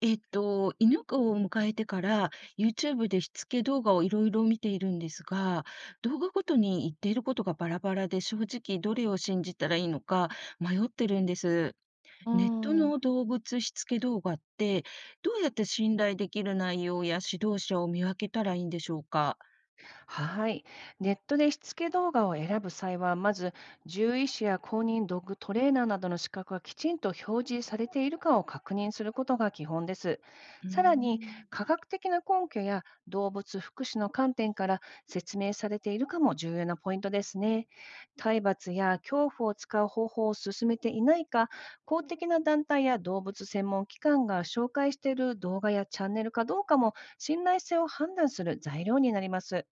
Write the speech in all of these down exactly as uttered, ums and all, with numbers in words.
えっと、犬を迎えてから、YouTube でしつけ動画をいろいろ見ているんですが、動画ごとに言っていることがバラバラで、正直どれを信じたらいいのか迷ってるんです。うネットん。の動物しつけ動画って、どうやって信頼できる内容や指導者を見分けたらいいんでしょうか。はい。ネットでしつけ動画を選ぶ際は、まず獣医師や公認ドッグトレーナーなどの資格がきちんと表示されているかを確認することが基本です。うーさらに、ん。科学的な根拠や動物福祉の観点から説明されているかも重要なポイントですね。体罰や恐怖を使う方法を進めていないか、公的な団体や動物専門機関が紹介している動画やチャンネルかどうかも信頼性を判断する材料になります。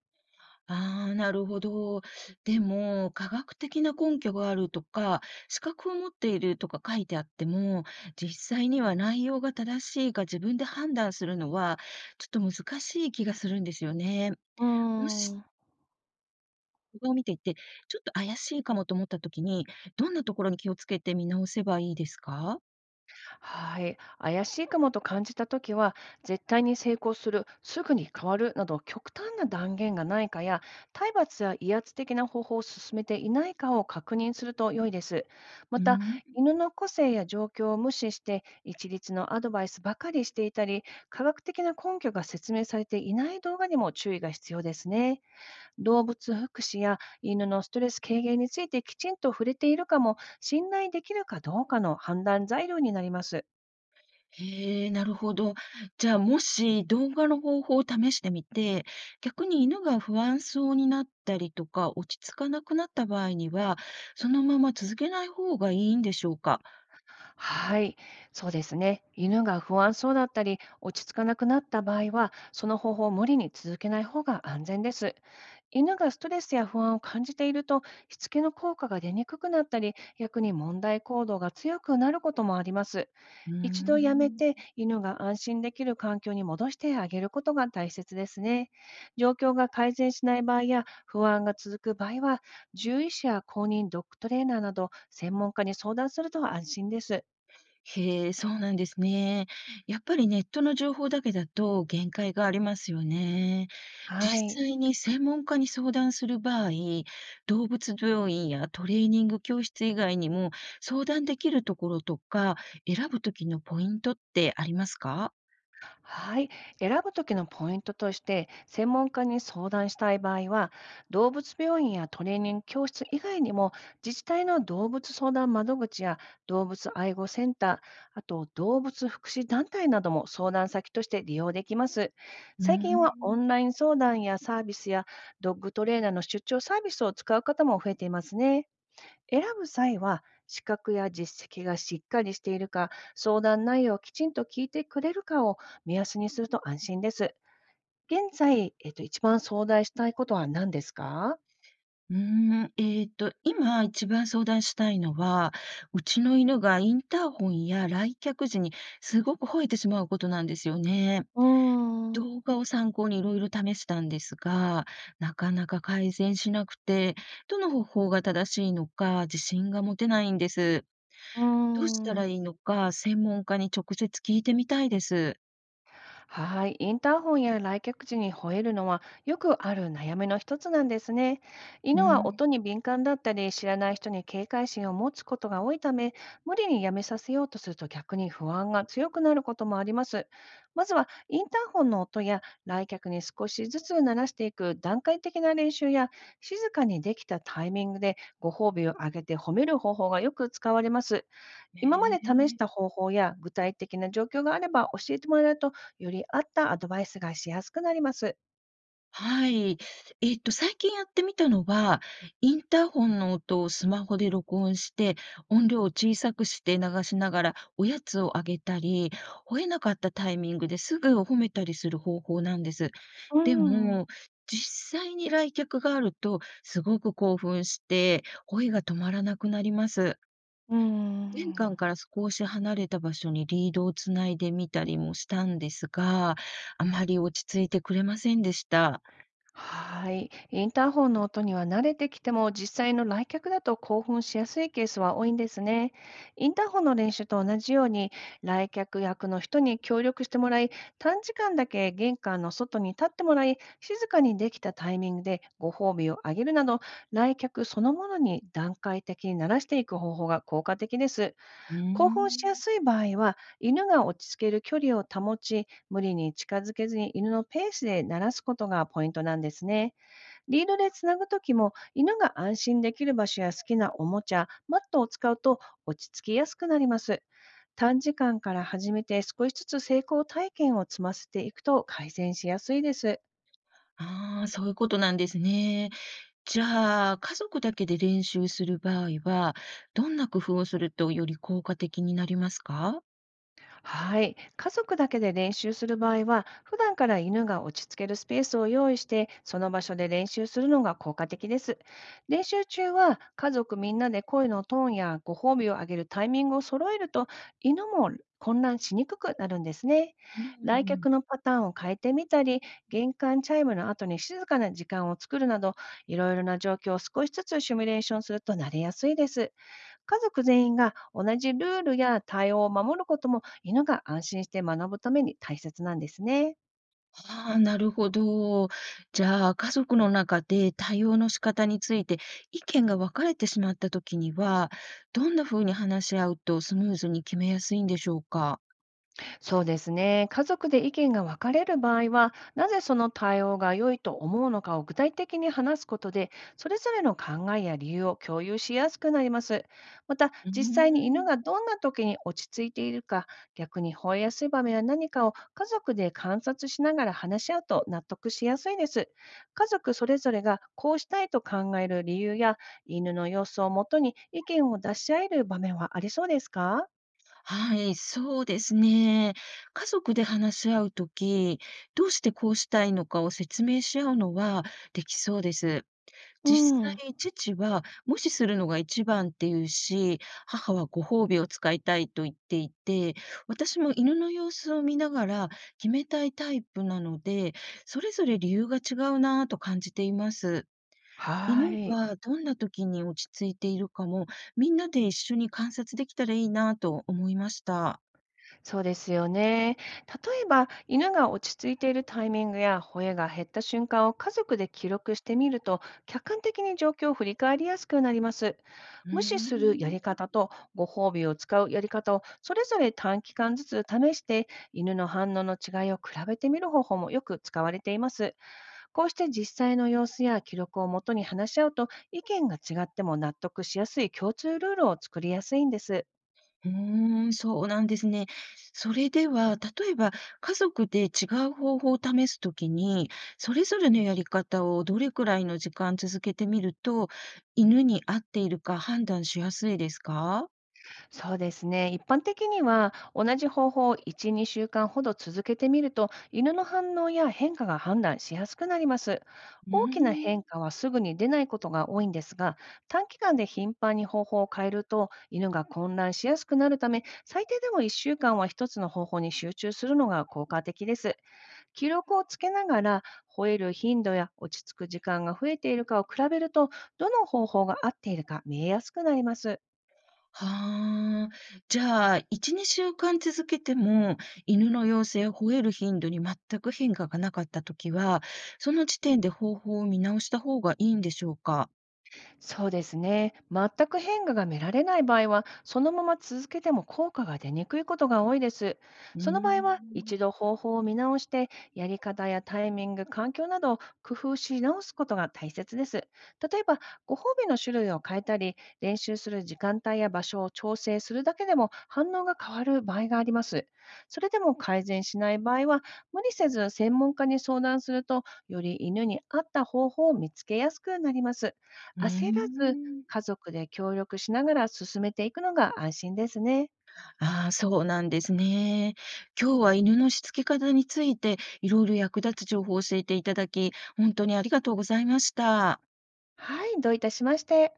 ああ、なるほど。でも、科学的な根拠があるとか、資格を持っているとか書いてあっても、実際には内容が正しいか自分で判断するのは、ちょっと難しい気がするんですよね。うもーし、ん。動画を見ていて、ちょっと怪しいかもと思ったときに、どんなところに気をつけて見直せばいいですか？はい。怪しいかもと感じたときは、絶対に成功する、すぐに変わるなど極端な断言がないかや、体罰や威圧的な方法を進めていないかを確認すると良いです。まうた、ん。犬の個性や状況を無視して、一律のアドバイスばかりしていたり、科学的な根拠が説明されていない動画にも注意が必要ですね。動物福祉や犬のストレス軽減についてきちんと触れているかも、信頼できるかどうかの判断材料になります。へえ、なるほど。じゃあ、もし動画の方法を試してみて、逆に犬が不安そうになったりとか、落ち着かなくなった場合には、そのまま続けない方がいいんでしょうか？はい、そうですね。犬が不安そうだったり、落ち着かなくなった場合は、その方法を無理に続けない方が安全です。犬がストレスや不安を感じていると、しつけの効果が出にくくなったり、逆に問題行動が強くなることもあります。うー一度やめん。て、犬が安心できる環境に戻してあげることが大切ですね。状況が改善しない場合や不安が続く場合は、獣医師や公認ドッグトレーナーなど専門家に相談すると安心です。へえ、そうなんですね。やっぱりネットの情報だけだと限界がありますよね。はい。実際に専門家に相談する場合、動物病院やトレーニング教室以外にも相談できるところとか、選ぶときのポイントってありますか。はい。選ぶときのポイントとして、専門家に相談したい場合は、動物病院やトレーニング教室以外にも、自治体の動物相談窓口や動物愛護センター、あと動物福祉団体なども相談先として利用できます。うー最近はオん。ンライン相談やサービスやドッグトレーナーの出張サービスを使う方も増えていますね。選ぶ際は、資格や実績がしっかりしているか、相談内容をきちんと聞いてくれるかを目安にすると安心です。現在、えっと、一番相談したいことは何ですか？うーん、えっと、今一番相談したいのは、うちの犬がインターホンや来客時にすごく吠えてしまうことなんですよね。うーん、う動画を参考にいろいろ試したんですが、なかなか改善しなくて、どの方法が正しいのか自信が持てないんです。ーどうしたらん。いいのか、専門家に直接聞いてみたいです。はい、インターホンや来客時に吠えるのはよくある悩みの一つなんですね。う犬はん。音に敏感だったり、知らない人に警戒心を持つことが多いため、無理にやめさせようとすると逆に不安が強くなることもあります。まずはインターホンの音や来客に少しずつ鳴らしていく段階的な練習や、静かにできたタイミングでご褒美をあげて褒める方法がよく使われます。今までねえ。試した方法や具体的な状況があれば教えてもらえると、より合ったアドバイスがしやすくなります。はい。えっと、最近やってみたのは、インターホンの音をスマホで録音して、音量を小さくして流しながらおやつをあげたり、吠えなかったタイミングですぐ褒めたりする方法なんです。うーでん、うも、実際に来客があると、すごく興奮して、声が止まらなくなります。玄関ん。から少し離れた場所にリードをつないでみたりもしたんですが、あまり落ち着いてくれませんでした。はい。インターホンの音には慣れてきても、実際の来客だと興奮しやすいケースは多いんですね。インターホンの練習と同じように、来客役の人に協力してもらい、短時間だけ玄関の外に立ってもらい、静かにできたタイミングでご褒美をあげるなど、来客そのものに段階的に慣らしていく方法が効果的です。うー興奮しん。やすい場合は、犬が落ち着ける距離を保ち、無理に近づけずに犬のペースで鳴らすことがポイントなんですね。リードでつなぐときも、犬が安心できる場所や好きなおもちゃ、マットを使うと落ち着きやすくなります。短時間から始めて少しずつ成功体験を積ませていくと改善しやすいです。ああ、そういうことなんですね。じゃあ、家族だけで練習する場合は、どんな工夫をするとより効果的になりますか？はい。家族だけで練習する場合は、普段から犬が落ち着けるスペースを用意して、その場所で練習するのが効果的です。練習中は、家族みんなで声のトーンやご褒美をあげるタイミングを揃えると、犬も混乱しにくくなるんですね。う来んうん。客のパターンを変えてみたり、玄関チャイムの後に静かな時間を作るなど、いろいろな状況を少しずつシミュレーションすると慣れやすいです。家族全員が同じルールや対応を守ることも、犬が安心して学ぶために大切なんですね。ああ、なるほど。じゃあ、家族の中で対応の仕方について意見が分かれてしまったときには、どんな風に話し合うとスムーズに決めやすいんでしょうか？そうですね。家族で意見が分かれる場合は、なぜその対応が良いと思うのかを具体的に話すことで、それぞれの考えや理由を共有しやすくなります。また、うー実際に犬ん。がどんな時に落ち着いているか、逆に吠えやすい場面は何かを家族で観察しながら話し合うと納得しやすいです。家族それぞれがこうしたいと考える理由や、犬の様子をもとに意見を出し合える場面はありそうですか？はい、そうですね。家族で話し合うとき、どうしてこうしたいのかを説明し合うのはできそうです。う実ん、際、父は無視するのが一番って言うし、母はご褒美を使いたいと言っていて、私も犬の様子を見ながら決めたいタイプなので、それぞれ理由が違うなぁと感じています。は犬い。がどんな時に落ち着いているかも、みんなで一緒に観察できたらいいなぁと思いました。そうですよね。例えば、犬が落ち着いているタイミングや吠えが減った瞬間を家族で記録してみると、客観的に状況を振り返りやすくなります。う無視するやーりん。方とご褒美を使うやり方をそれぞれ短期間ずつ試して、犬の反応の違いを比べてみる方法もよく使われています。こうして実際の様子や記録をもとに話し合うと、意見が違っても納得しやすい共通ルールを作りやすいんです。うーん、そうなんですね。それでは、例えば家族で違う方法を試すときに、それぞれのやり方をどれくらいの時間続けてみると、犬に合っているか判断しやすいですか？そうですね。一般的には、同じ方法をいち、にしゅうかんほど続けてみると、犬の反応や変化が判断しやすくなります。うー大きな変ん。化はすぐに出ないことが多いんですが、短期間で頻繁に方法を変えると、犬が混乱しやすくなるため、最低でもいっしゅうかんはひとつの方法に集中するのが効果的です。記録をつけながら、吠える頻度や落ち着く時間が増えているかを比べると、どの方法が合っているか見えやすくなります。はあ。じゃあ、いち、にしゅうかん続けても、犬の様子や吠える頻度に全く変化がなかったときは、その時点で方法を見直した方がいいんでしょうか？そうですね。全く変化が見られない場合は、そのまま続けても効果が出にくいことが多いです。うーその場合は、ん。一度方法を見直して、やり方やタイミング、環境などを工夫し直すことが大切です。例えば、ご褒美の種類を変えたり、練習する時間帯や場所を調整するだけでも反応が変わる場合があります。それでも改善しない場合は、無理せず専門家に相談すると、より犬に合った方法を見つけやすくなります。うー焦らず、ん。家族で協力しながら進めていくのが安心ですね。ああ、そうなんですね。今日は犬のしつけ方について、いろいろ役立つ情報を教えていただき、本当にありがとうございました。はい、どういたしまして。